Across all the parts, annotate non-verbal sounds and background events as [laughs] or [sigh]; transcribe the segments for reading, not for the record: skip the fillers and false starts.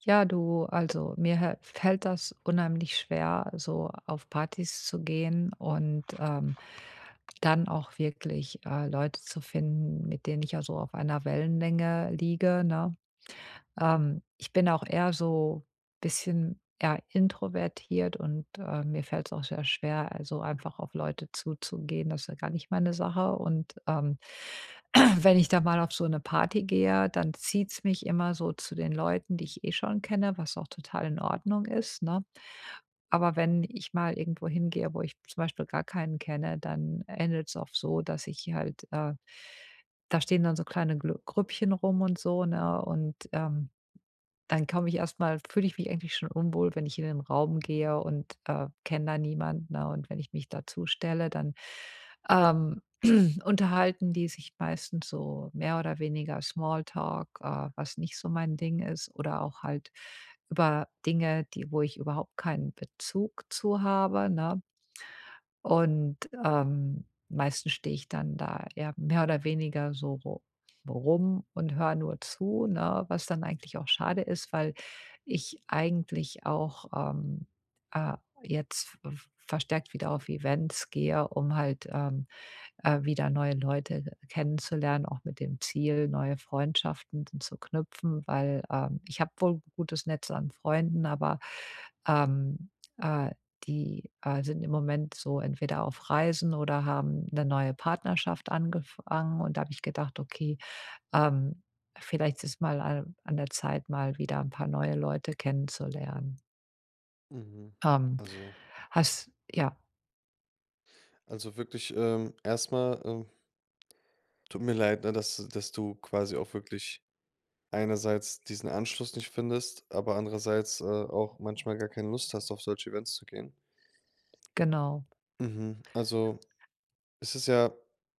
Ja, du, also mir fällt das unheimlich schwer, so auf Partys zu gehen und dann auch wirklich, Leute zu finden, mit denen ich ja so auf einer Wellenlänge liege, ne? Ich bin auch eher so bisschen eher introvertiert, und, mir fällt es auch sehr schwer, also, einfach auf Leute zuzugehen. Das ist ja gar nicht meine Sache und, [clears throat] wenn ich da mal auf so eine Party gehe, dann zieht es mich immer so zu den Leuten, die ich eh schon kenne, was auch total in Ordnung ist, ne? Aber wenn ich mal irgendwo hingehe, wo ich zum Beispiel gar keinen kenne, dann endet es oft so, dass ich halt, da stehen dann so kleine Glü Grüppchen rum und so, ne? Und, dann komme ich erstmal, fühle ich mich eigentlich schon unwohl, wenn ich in den Raum gehe und, kenne da niemanden, ne? Und wenn ich mich dazustelle, dann, ähm, [clears throat] unterhalten die sich meistens so mehr oder weniger Smalltalk, was nicht so mein Ding ist oder auch halt über Dinge, die wo ich überhaupt keinen Bezug zu habe, ne? Und, meistens stehe ich dann da, ja, mehr oder weniger so rum und höre nur zu, ne? Was dann eigentlich auch schade ist, weil ich eigentlich auch, äh, jetzt v verstärkt wieder auf Events gehe, um halt, wieder neue Leute kennenzulernen, auch mit dem Ziel, neue Freundschaften zu knüpfen, weil, ich habe wohl 'n gutes Netz an Freunden, aber, ähm, äh, die, sind im Moment so entweder auf Reisen oder haben eine neue Partnerschaft angefangen und da habe ich gedacht: „Okay, ähm, vielleicht ist mal an der Zeit, mal wieder ein paar neue Leute kennenzulernen. Mhm. Ähm, Also hast ja, also wirklich, erst ähm, tut mir leid, ne, dass du quasi auch wirklich einerseits diesen Anschluss nicht findest, aber andererseits, auch manchmal gar keine Lust hast, auf solche Events zu gehen. genau. Mhm. Also, es ist ja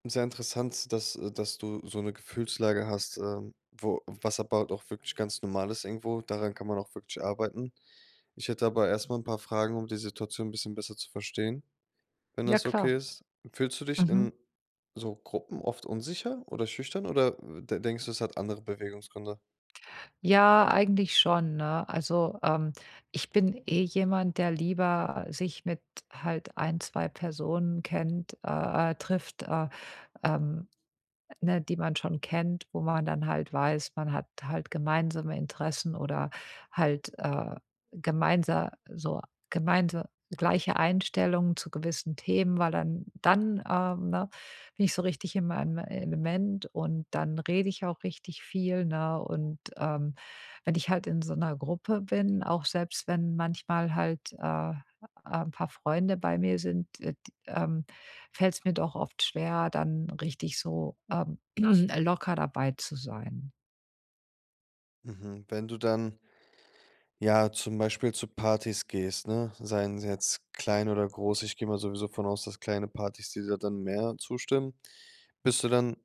sehr interessant, dass du so eine Gefühlslage hast, wo was aber halt auch wirklich ganz normal ist irgendwo. Daran kann man auch wirklich arbeiten. Ich hätte aber erstmal ein paar Fragen, um die Situation 'n bisschen besser zu verstehen, wenn Ja, das klar. okay ist. Fühlst du dich Mhm. in so Gruppen oft unsicher oder schüchtern oder de denkst du, es hat andere Bewegungsgründe? Ja, eigentlich schon, ne? Also, ich bin eh jemand, der lieber sich mit halt ein 2 Personen kennt trifftähm, ne, die man schon kennt, wo man dann halt weiß, man hat halt gemeinsame Interessen oder halt, gemeinsa so gemeinsa gleiche Einstellungen zu gewissen Themen, weil dann, ne, bin ich so richtig in meinem Element und dann rede ich auch richtig viel, ne? Und, wenn ich halt in so einer Gruppe bin, auch selbst wenn manchmal halt, ein paar Freunde bei mir sind, d fällt es mir doch oft schwer, dann richtig so, [clears throat] locker dabei zu sein. Mhm. Wenn du dann, ja, zum Beispiel zu Partys gehst, ne? Seien sie jetzt klein oder groß, ich gehe mal sowieso von aus, dass kleine Partys dir da dann mehr zustimmen. Bist du dann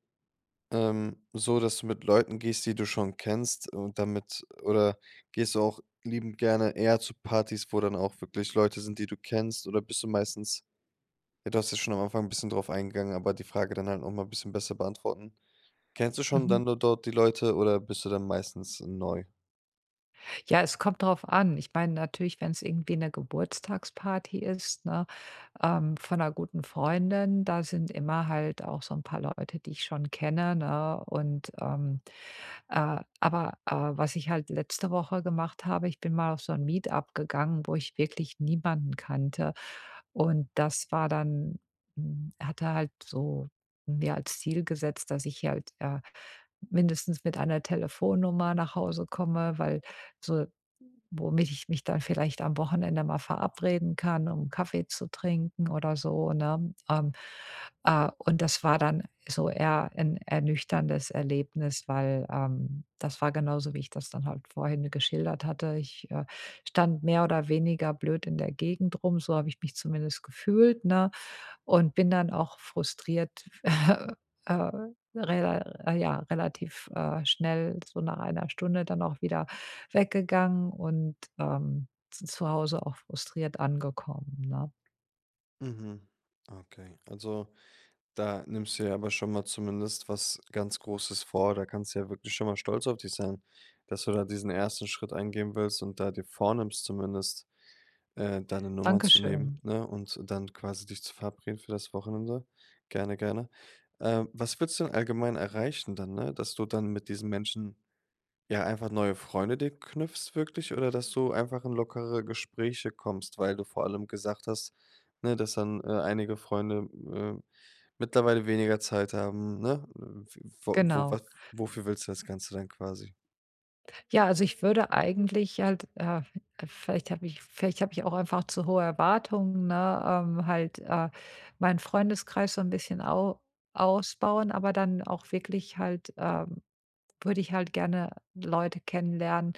so, dass du mit Leuten gehst, die du schon kennst und damit, oder gehst du auch liebend gerne eher zu Partys, wo dann auch wirklich Leute sind, die du kennst, oder bist du meistens? Ja, du hast ja schon am Anfang ein bisschen drauf eingegangen, aber die Frage dann halt noch mal ein bisschen besser beantworten. Kennst du schon Mhm. dann do dort die Leute oder bist du dann meistens neu? Ja, es kommt drauf an. Ich meine natürlich, wenn es irgendwie eine Geburtstagsparty ist, ne, von einer guten Freundin, da sind immer halt auch so ein paar Leute, die ich schon kenne, ne? Und, aber was ich halt letzte Woche gemacht habe, ich bin mal auf so ein Meet-up gegangen, wo ich wirklich niemanden kannte. Und das war dann hatte halt so mir als Ziel gesetzt, dass ich halt, mindestens mit einer Telefonnummer nach Hause komme, weil so. Womit ich mich dann vielleicht am Wochenende mal verabreden kann, um Kaffee zu trinken oder so, ne? Und das war dann so eher ein ernüchterndes Erlebnis, weil, das war genauso, wie ich das dann halt vorhin geschildert hatte. Ich, stand mehr oder weniger blöd in der Gegend rum, so habe ich mich zumindest gefühlt, ne? Und bin dann auch frustriert, [laughs] äh, rela ja, relativ, schnell, so nach einer Stunde dann auch wieder weggegangen und, z zu Hause auch frustriert angekommen, ne? Mhm. Okay. Also, da nimmst du ja aber schon mal zumindest was ganz Großes vor. Da kannst du ja wirklich schon mal stolz auf dich sein, dass du da diesen ersten Schritt eingehen willst und da dir vornimmst zumindest, deine Nummer zu nehmen, Dankeschön. ne, und dann quasi dich zu verabreden für das Wochenende. Gerne, gerne. Was willst du denn allgemein erreichen dann, ne, dass du dann mit diesen Menschen? Ja, einfach neue Freunde dir knüpfst wirklich oder dass du einfach in lockere Gespräche kommst, weil du vor allem gesagt hast, ne, dass dann, einige Freunde, mittlerweile weniger Zeit haben, ne? Wo was Genau. wofür willst du das Ganze dann quasi? Ja, also ich würde eigentlich halt, vielleicht habe ich auch einfach zu hohe Erwartungen, ne, halt, meinen Freundeskreis so ein bisschen au ausbauen, aber dann auch wirklich halt, würde ich halt gerne Leute kennenlernen,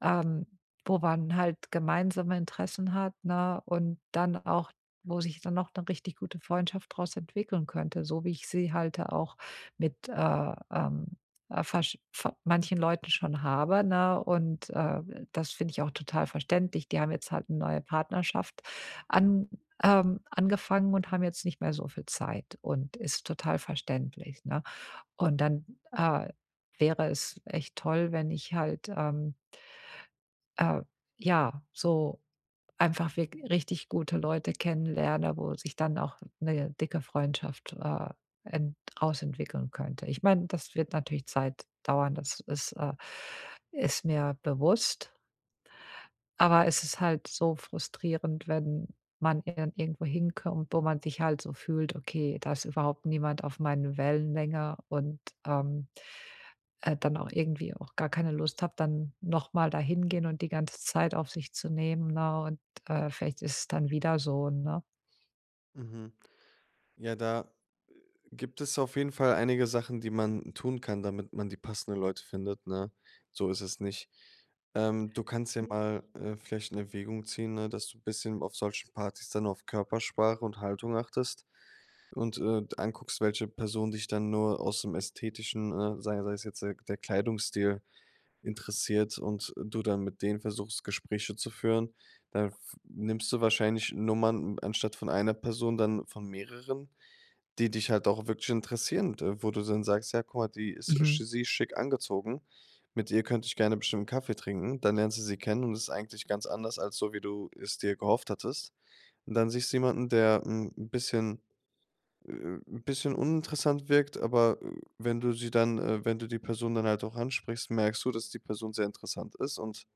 ähm, wo man halt gemeinsame Interessen hat, ne? Und dann auch wo sich dann noch eine richtig gute Freundschaft daraus entwickeln könnte, so wie ich sie halt auch mit, versch ver manchen Leuten schon habe, ne? Und, das finde ich auch total verständlich. Die haben jetzt halt eine neue Partnerschaft an angefangen und haben jetzt nicht mehr so viel Zeit und ist total verständlich, ne? Und dann, äh, wäre es echt toll, wenn ich halt, äh, ja, so einfach wirk richtig gute Leute kennenlerne, wo sich dann auch eine dicke Freundschaft, ent draus könnte. Ich meine, das wird natürlich Zeit dauern, das ist mir bewusst. Aber es ist halt so frustrierend, wenn man dann irgendwo hinkommt, wo man sich halt so fühlt: „Okay, da ist überhaupt niemand auf meinen Wellenlänge“ und, dann auch irgendwie auch gar keine Lust habe, dann nochmal mal da hingehen und die ganze Zeit auf sich zu nehmen, ne? Und, vielleicht ist es dann wieder so, ne? Mhm. Ja, da gibt es auf jeden Fall einige Sachen, die man tun kann, damit man die passenden Leute findet, ne? So ist es nicht. Du kannst ja mal, vielleicht in Erwägung ziehen, ne, dass du ein bisschen auf solchen Partys dann auf Körpersprache und Haltung achtest und, anguckst, welche Person dich dann nur aus dem Ästhetischen, sei es jetzt der Kleidungsstil interessiert und du dann mit denen versuchst, Gespräche zu führen, dann f nimmst du wahrscheinlich Nummern anstatt von einer Person dann von mehreren, die dich halt auch wirklich interessieren, d wo du dann sagst: „Ja, guck mal, die ist sch Mhm. sie ist schick angezogen. Mit ihr könnte ich gerne bestimmt 'n Kaffee trinken.“ Dann lernst du sie kennen und es ist eigentlich ganz anders als so, wie du es dir gehofft hattest. Und dann siehst du jemanden, der ein bisschen 'n bisschen uninteressant wirkt, aber, wenn du die Person dann halt auch ansprichst, merkst du, dass die Person sehr interessant ist und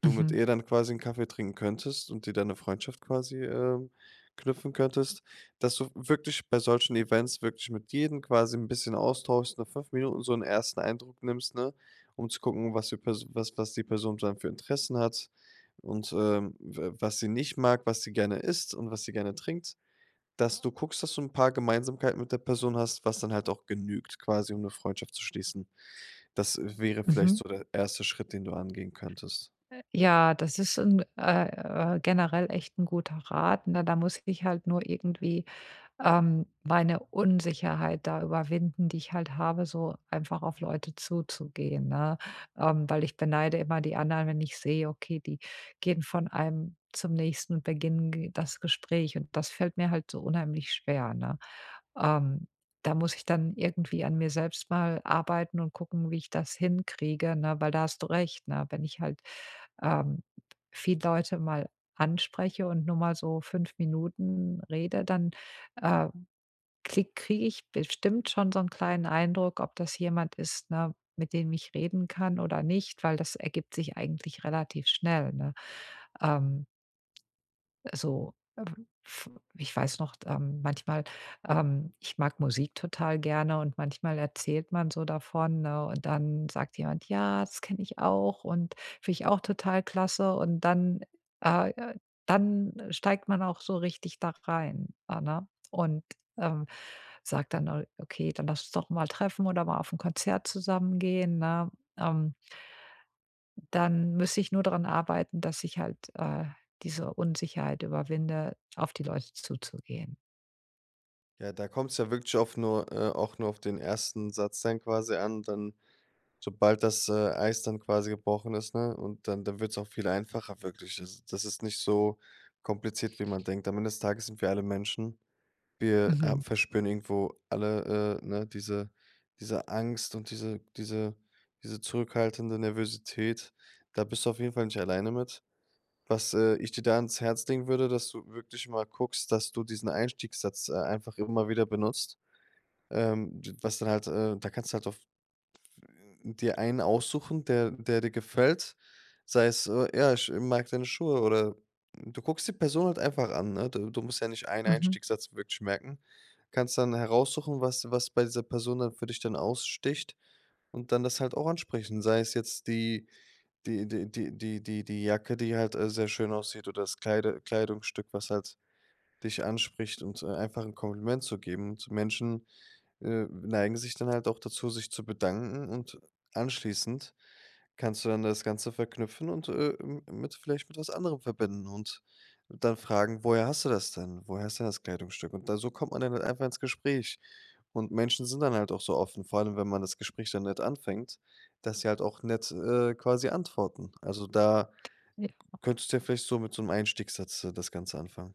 du mit Mhm, ihr dann quasi einen Kaffee trinken könntest und dir deine Freundschaft quasi, knüpfen könntest, dass du wirklich bei solchen Events wirklich mit jedem quasi ein bisschen austauschst, nach 5 Minuten so einen ersten Eindruck nimmst, ne, um zu gucken, was was die Person dann für Interessen hat und, w was sie nicht mag, was sie gerne isst und was sie gerne trinkt. Dass du guckst, dass du 'n paar Gemeinsamkeiten mit der Person hast, was dann halt auch genügt quasi, um 'ne Freundschaft zu schließen. Das wäre mhm, vielleicht mhm. so der erste Schritt, den du angehen könntest. Ja, das ist 'n, generell echt ein guter Rat, ne? Da muss ich halt nur irgendwie meine Unsicherheit da überwinden, die ich halt habe, so einfach auf Leute zuzugehen, ne? Weil ich beneide immer die anderen, wenn ich sehe, okay, die gehen von einem zum nächsten und beginnen ge das Gespräch und das fällt mir halt so unheimlich schwer, ne? Ähm, Da muss ich dann irgendwie an mir selbst mal arbeiten und gucken, wie ich das hinkriege, ne? Weil da hast du recht, ne? Wenn ich halt, ähm, viele Leute mal anspreche und nur mal so 5 Minuten rede, dann, äh kriege ich bestimmt schon so einen kleinen Eindruck, ob das jemand ist, ne, mit dem ich reden kann oder nicht, weil das ergibt sich eigentlich relativ schnell, ne? Ähm, so, f ich weiß noch, manchmal ich mag Musik total gerne und manchmal erzählt man so davon, ne, und dann sagt jemand: „Ja, das kenne ich auch und finde ich auch total klasse.“ Und dann, äh, äh dann steigt man auch so richtig da rein, ah, ne? Und, ähm sage dann: „Oh, okay, dann lass uns doch mal treffen oder mal auf ein Konzert zusammen gehen“, ne? Ähm, Dann müsste ich nur daran arbeiten, dass ich halt, diese Unsicherheit überwinde, auf die Leute zuzugehen. Ja, da kommt's ja wirklich auf nur auch nur auf den ersten Satz dann quasi an, dann sobald das, Eis dann quasi gebrochen ist, ne, und dann wird's auch viel einfacher wirklich. Das ist nicht so kompliziert, wie man denkt. Am Ende des Tages sind wir alle Menschen. Wir, Mhm. verspüren irgendwo alle, ne, diese Angst und diese zurückhaltende Nervosität. Da bist du auf jeden Fall nicht alleine mit. Was, ich dir da ans Herz legen würde, dass du wirklich mal guckst, dass du diesen Einstiegssatz, einfach immer wieder benutzt. D was dann halt, Da kannst du halt auf dir einen aussuchen, der dir gefällt, sei es, „Ja, ich mag deine Schuhe“ oder du guckst die Person halt einfach an, ne? Du musst ja nicht einen Mhm. Einstiegssatz wirklich merken. Kannst dann heraussuchen, was bei dieser Person dann für dich dann aussticht und dann das halt auch ansprechen. Sei es jetzt die Jacke, die halt, sehr schön aussieht oder das Kleide Kleidungsstück, was halt dich anspricht und, einfach ein Kompliment zu geben. Und Menschen, neigen sich dann halt auch dazu, sich zu bedanken und anschließend kannst du dann das Ganze verknüpfen und, m mit vielleicht mit was anderem verbinden und dann fragen: „Woher hast du das denn? Woher hast du denn das Kleidungsstück?“ Und da so kommt man dann halt einfach ins Gespräch. Und Menschen sind dann halt auch so offen, vor allem, wenn man das Gespräch dann nett anfängt, dass sie halt auch nett, quasi antworten. Also, da Ja. könntest du ja vielleicht so mit so einem Einstiegssatz, das Ganze anfangen.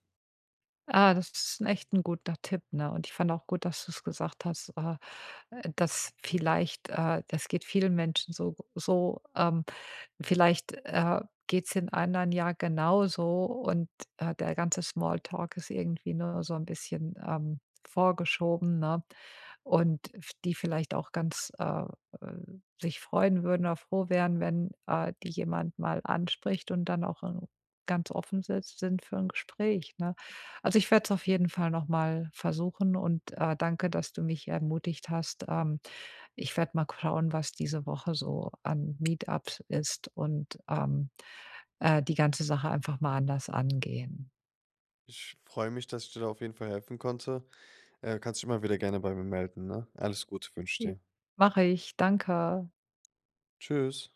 Ah, das ist 'n echt 'n guter Tipp, ne? Und ich fand auch gut, dass du's gesagt hast, dass vielleicht das geht vielen Menschen so so, vielleicht, geht's den anderen ja genauso und, der ganze Small Talk ist irgendwie nur so 'n bisschen, vorgeschoben, ne? Und f die vielleicht auch ganz, sich freuen würden oder froh wären, wenn, die jemand mal anspricht und dann auch, ganz offen sitzt sind für ein Gespräch, ne? Also, ich werde es auf jeden Fall noch mal versuchen und, danke, dass du mich ermutigt hast. Ich werde mal schauen, was diese Woche so an Meetups ist und, die ganze Sache einfach mal anders angehen. Ich freue mich, dass ich dir da auf jeden Fall helfen konnte. Kannst dich immer wieder gerne bei mir melden, ne? Alles Gute wünsche ich dir. Mache ich, danke. Tschüss.